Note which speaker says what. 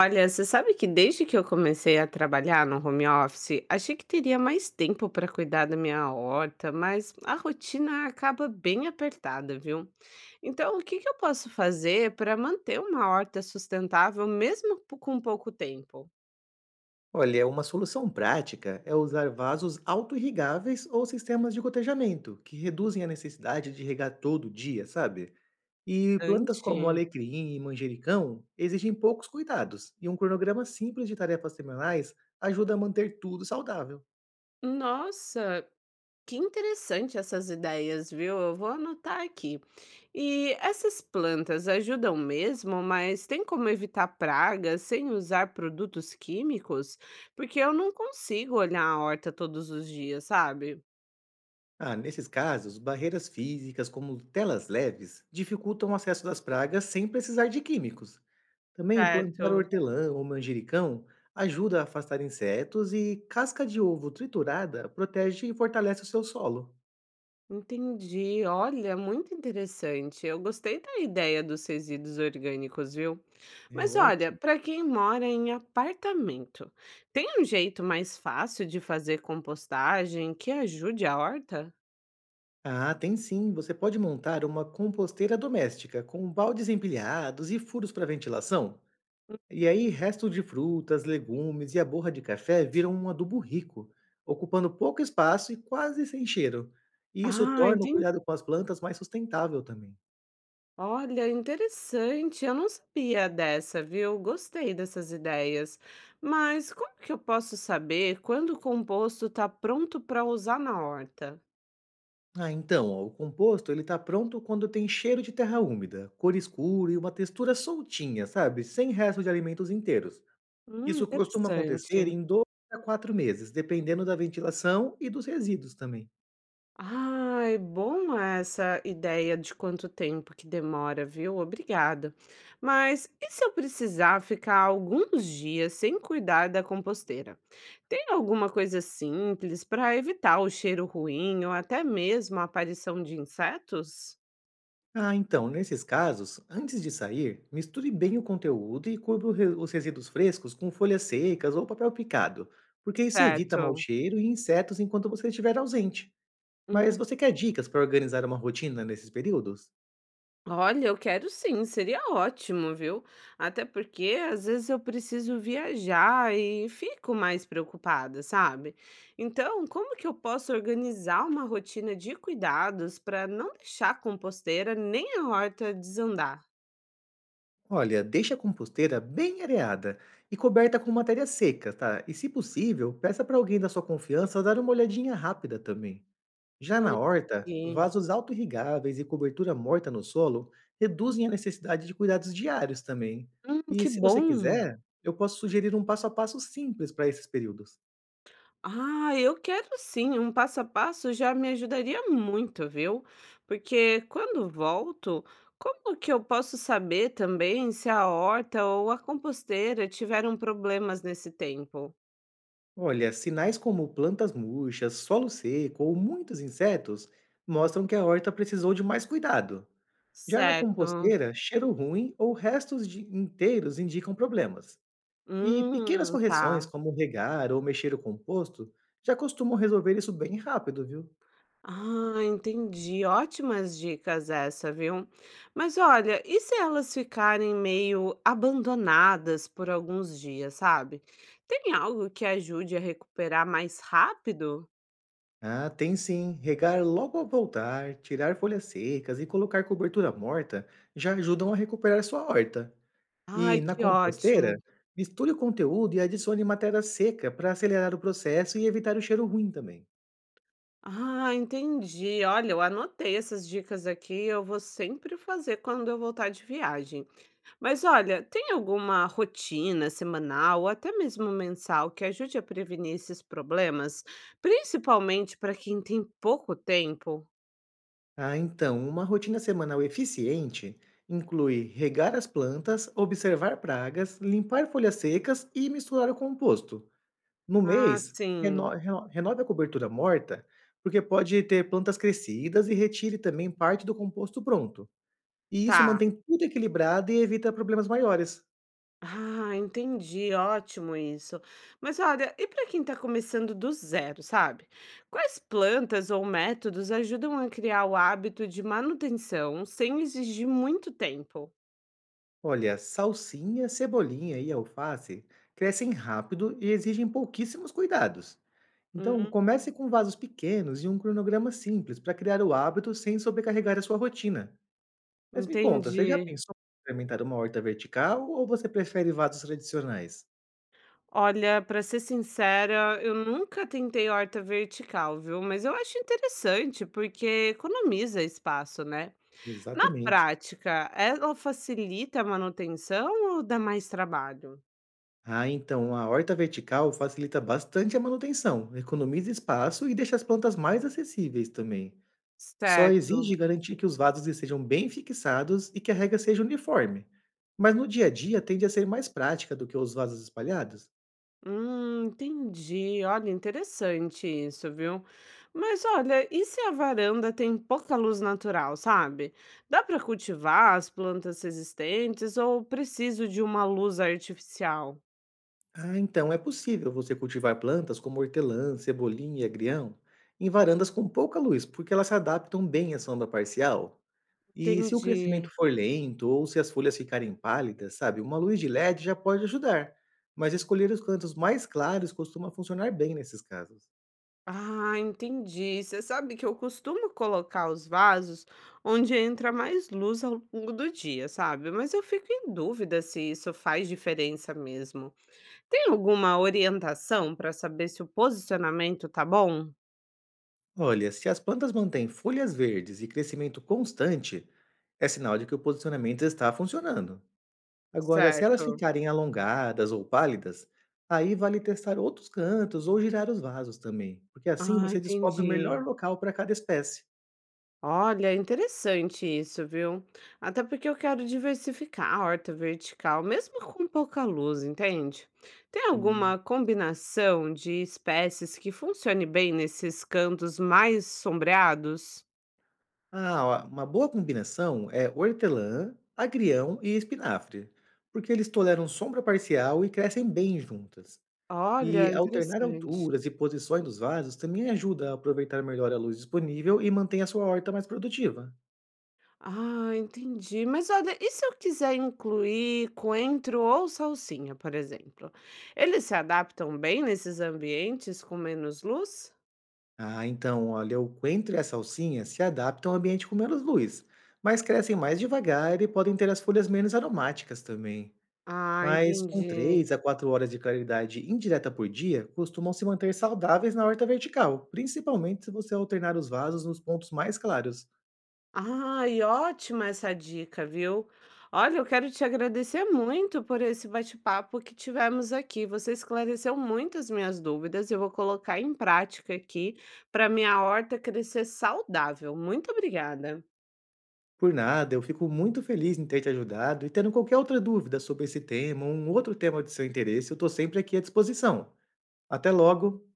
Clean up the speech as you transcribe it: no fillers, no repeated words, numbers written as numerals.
Speaker 1: Olha, você sabe que desde que eu comecei a trabalhar no home office, achei que teria mais tempo para cuidar da minha horta, mas a rotina acaba bem apertada, viu? Então, o que que eu posso fazer para manter uma horta sustentável mesmo com pouco tempo?
Speaker 2: Olha, uma solução prática é usar vasos auto-irrigáveis ou sistemas de gotejamento, que reduzem a necessidade de regar todo dia, sabe? E plantas como
Speaker 1: Ante.
Speaker 2: alecrim e manjericão exigem poucos cuidados, e um cronograma simples de tarefas semanais ajuda a manter tudo saudável.
Speaker 1: Nossa, que interessante essas ideias, viu? Eu vou anotar aqui. E essas plantas ajudam mesmo, mas tem como evitar pragas sem usar produtos químicos? Porque eu não consigo olhar a horta todos os dias, sabe?
Speaker 2: Ah, nesses casos, barreiras físicas como telas leves dificultam o acesso das pragas sem precisar de químicos. Também plantar
Speaker 1: Certo.
Speaker 2: hortelã ou manjericão ajuda a afastar insetos e casca de ovo triturada protege e fortalece o seu solo.
Speaker 1: Entendi. Olha, muito interessante. Eu gostei da ideia dos resíduos orgânicos, viu?
Speaker 2: É
Speaker 1: Mas olha,
Speaker 2: ótimo.
Speaker 1: para quem mora em apartamento, tem um jeito mais fácil de fazer compostagem que ajude a horta?
Speaker 2: Ah, tem sim. Você pode montar uma composteira doméstica com baldes empilhados e furos para ventilação. E aí, restos de frutas, legumes e a borra de café viram um adubo rico, ocupando pouco espaço e quase sem cheiro. E isso
Speaker 1: Ah,
Speaker 2: torna o
Speaker 1: entendi.
Speaker 2: cuidado com as plantas mais sustentável também.
Speaker 1: Olha, interessante. Eu não sabia dessa, viu? Gostei dessas ideias. Mas como que eu posso saber quando o composto está pronto para usar na horta?
Speaker 2: Ah, então, ó, o composto ele tá pronto quando tem cheiro de terra úmida, cor escura e uma textura soltinha, sabe? Sem resto de alimentos inteiros. Isso costuma acontecer
Speaker 1: Interessante.
Speaker 2: em 2 a 4 meses, dependendo da ventilação e dos resíduos também.
Speaker 1: Ai, bom essa ideia de quanto tempo que demora, viu? Obrigada. Mas e se eu precisar ficar alguns dias sem cuidar da composteira? Tem alguma coisa simples para evitar o cheiro ruim ou até mesmo a aparição de insetos?
Speaker 2: Ah, então, nesses casos, antes de sair, misture bem o conteúdo e cubra os resíduos frescos com folhas secas ou papel picado, porque isso evita mau
Speaker 1: Certo.
Speaker 2: cheiro e insetos enquanto você estiver ausente. Mas você quer dicas para organizar uma rotina nesses períodos?
Speaker 1: Olha, eu quero sim, seria ótimo, viu? Até porque às vezes eu preciso viajar e fico mais preocupada, sabe? Então, como que eu posso organizar uma rotina de cuidados para não deixar a composteira nem a horta desandar?
Speaker 2: Olha, deixe a composteira bem areada e coberta com matéria seca, tá? E se possível, peça para alguém da sua confiança dar uma olhadinha rápida também. Já
Speaker 1: Ai,
Speaker 2: na horta,
Speaker 1: entendi.
Speaker 2: vasos auto-irrigáveis e cobertura morta no solo reduzem a necessidade de cuidados diários também. E
Speaker 1: Que
Speaker 2: se você
Speaker 1: bom!
Speaker 2: quiser, eu posso sugerir um passo a passo simples para esses períodos.
Speaker 1: Ah, eu quero sim, um passo a passo já me ajudaria muito, viu? Porque quando volto, como que eu posso saber também se a horta ou a composteira tiveram problemas nesse tempo?
Speaker 2: Olha, sinais como plantas murchas, solo seco ou muitos insetos mostram que a horta precisou de mais cuidado. Já na
Speaker 1: Certo.
Speaker 2: composteira, cheiro ruim ou restos inteiros indicam problemas. E pequenas correções,
Speaker 1: Tá.
Speaker 2: como regar ou mexer o composto, já costumam resolver isso bem rápido, viu?
Speaker 1: Ah, entendi. Ótimas dicas essa, viu? Mas olha, e se elas ficarem meio abandonadas por alguns dias, sabe? Tem algo que ajude a recuperar mais rápido?
Speaker 2: Ah, tem sim. Regar logo ao voltar, tirar folhas secas e colocar cobertura morta já ajudam a recuperar sua horta. E
Speaker 1: Ai,
Speaker 2: na
Speaker 1: que
Speaker 2: composteira,
Speaker 1: ótimo.
Speaker 2: misture o conteúdo e adicione matéria seca para acelerar o processo e evitar o cheiro ruim também.
Speaker 1: Ah, entendi. Olha, eu anotei essas dicas aqui, eu vou sempre fazer quando eu voltar de viagem. Mas olha, tem alguma rotina semanal ou até mesmo mensal que ajude a prevenir esses problemas, principalmente para quem tem pouco tempo?
Speaker 2: Ah, então, uma rotina semanal eficiente inclui regar as plantas, observar pragas, limpar folhas secas e misturar o composto. No
Speaker 1: Ah,
Speaker 2: mês,
Speaker 1: sim.
Speaker 2: renove a cobertura morta, porque pode ter plantas crescidas e retire também parte do composto pronto. E isso
Speaker 1: Tá.
Speaker 2: mantém tudo equilibrado e evita problemas maiores.
Speaker 1: Ah, entendi, ótimo isso. Mas olha, e para quem está começando do zero, sabe? Quais plantas ou métodos ajudam a criar o hábito de manutenção sem exigir muito tempo?
Speaker 2: Olha, salsinha, cebolinha e alface crescem rápido e exigem pouquíssimos cuidados. Então,
Speaker 1: Hum,
Speaker 2: comece com vasos pequenos e um cronograma simples para criar o hábito sem sobrecarregar a sua rotina. Mas me conta, você já
Speaker 1: entendi.
Speaker 2: pensou em experimentar uma horta vertical ou você prefere vasos tradicionais?
Speaker 1: Olha, para ser sincera, eu nunca tentei horta vertical, viu? Mas eu acho interessante porque economiza espaço, né? Na
Speaker 2: Exatamente.
Speaker 1: prática, ela facilita a manutenção ou dá mais trabalho?
Speaker 2: Ah, então a horta vertical facilita bastante a manutenção, economiza espaço e deixa as plantas mais acessíveis também. Só
Speaker 1: Certo.
Speaker 2: exige garantir que os vasos estejam bem fixados e que a rega seja uniforme. Mas no dia a dia tende a ser mais prática do que os vasos espalhados.
Speaker 1: Entendi. Olha, interessante isso, viu? Mas olha, e se a varanda tem pouca luz natural, sabe? Dá para cultivar as plantas resistentes ou preciso de uma luz artificial?
Speaker 2: Ah, então é possível você cultivar plantas como hortelã, cebolinha e agrião em varandas com pouca luz, porque elas se adaptam bem à sombra parcial. E se o crescimento
Speaker 1: Entendi.
Speaker 2: for lento ou se as folhas ficarem pálidas, sabe, uma luz de LED já pode ajudar. Mas escolher os cantos mais claros costuma funcionar bem nesses casos.
Speaker 1: Ah, entendi. Você sabe que eu costumo colocar os vasos onde entra mais luz ao longo do dia, sabe? Mas eu fico em dúvida se isso faz diferença mesmo. Tem alguma orientação para saber se o posicionamento tá bom?
Speaker 2: Olha, se as plantas mantêm folhas verdes e crescimento constante, é sinal de que o posicionamento está funcionando. Agora, se elas
Speaker 1: Certo.
Speaker 2: ficarem alongadas ou pálidas, aí vale testar outros cantos ou girar os vasos também, porque assim
Speaker 1: Ah,
Speaker 2: você descobre o melhor
Speaker 1: entendi.
Speaker 2: local para cada espécie.
Speaker 1: Olha, interessante isso, viu? Até porque eu quero diversificar a horta vertical, mesmo com pouca luz, entende? Tem
Speaker 2: Sim.
Speaker 1: alguma combinação de espécies que funcione bem nesses cantos mais sombreados?
Speaker 2: Ah, ó, uma boa combinação é hortelã, agrião e espinafre, porque eles toleram sombra parcial e crescem bem juntas.
Speaker 1: Olha,
Speaker 2: E alternar
Speaker 1: interessante.
Speaker 2: alturas e posições dos vasos também ajuda a aproveitar melhor a luz disponível e mantém a sua horta mais produtiva.
Speaker 1: Ah, entendi. Mas olha, e se eu quiser incluir coentro ou salsinha, por exemplo? Eles se adaptam bem nesses ambientes com menos luz?
Speaker 2: Ah, então, olha, o coentro e a salsinha se adaptam ao ambiente com menos luz, mas crescem mais devagar e podem ter as folhas menos aromáticas também.
Speaker 1: Ah,
Speaker 2: Mas com
Speaker 1: entendi.
Speaker 2: 3 a 4 horas de claridade indireta por dia, costumam se manter saudáveis na horta vertical, principalmente se você alternar os vasos nos pontos mais claros.
Speaker 1: Ai, ótima essa dica, viu? Olha, eu quero te agradecer muito por esse bate-papo que tivemos aqui. Você esclareceu muitas minhas dúvidas. Eu vou colocar em prática aqui para minha horta crescer saudável. Muito obrigada.
Speaker 2: Por nada, eu fico muito feliz em ter te ajudado e tendo qualquer outra dúvida sobre esse tema ou um outro tema de seu interesse, eu estou sempre aqui à disposição. Até logo!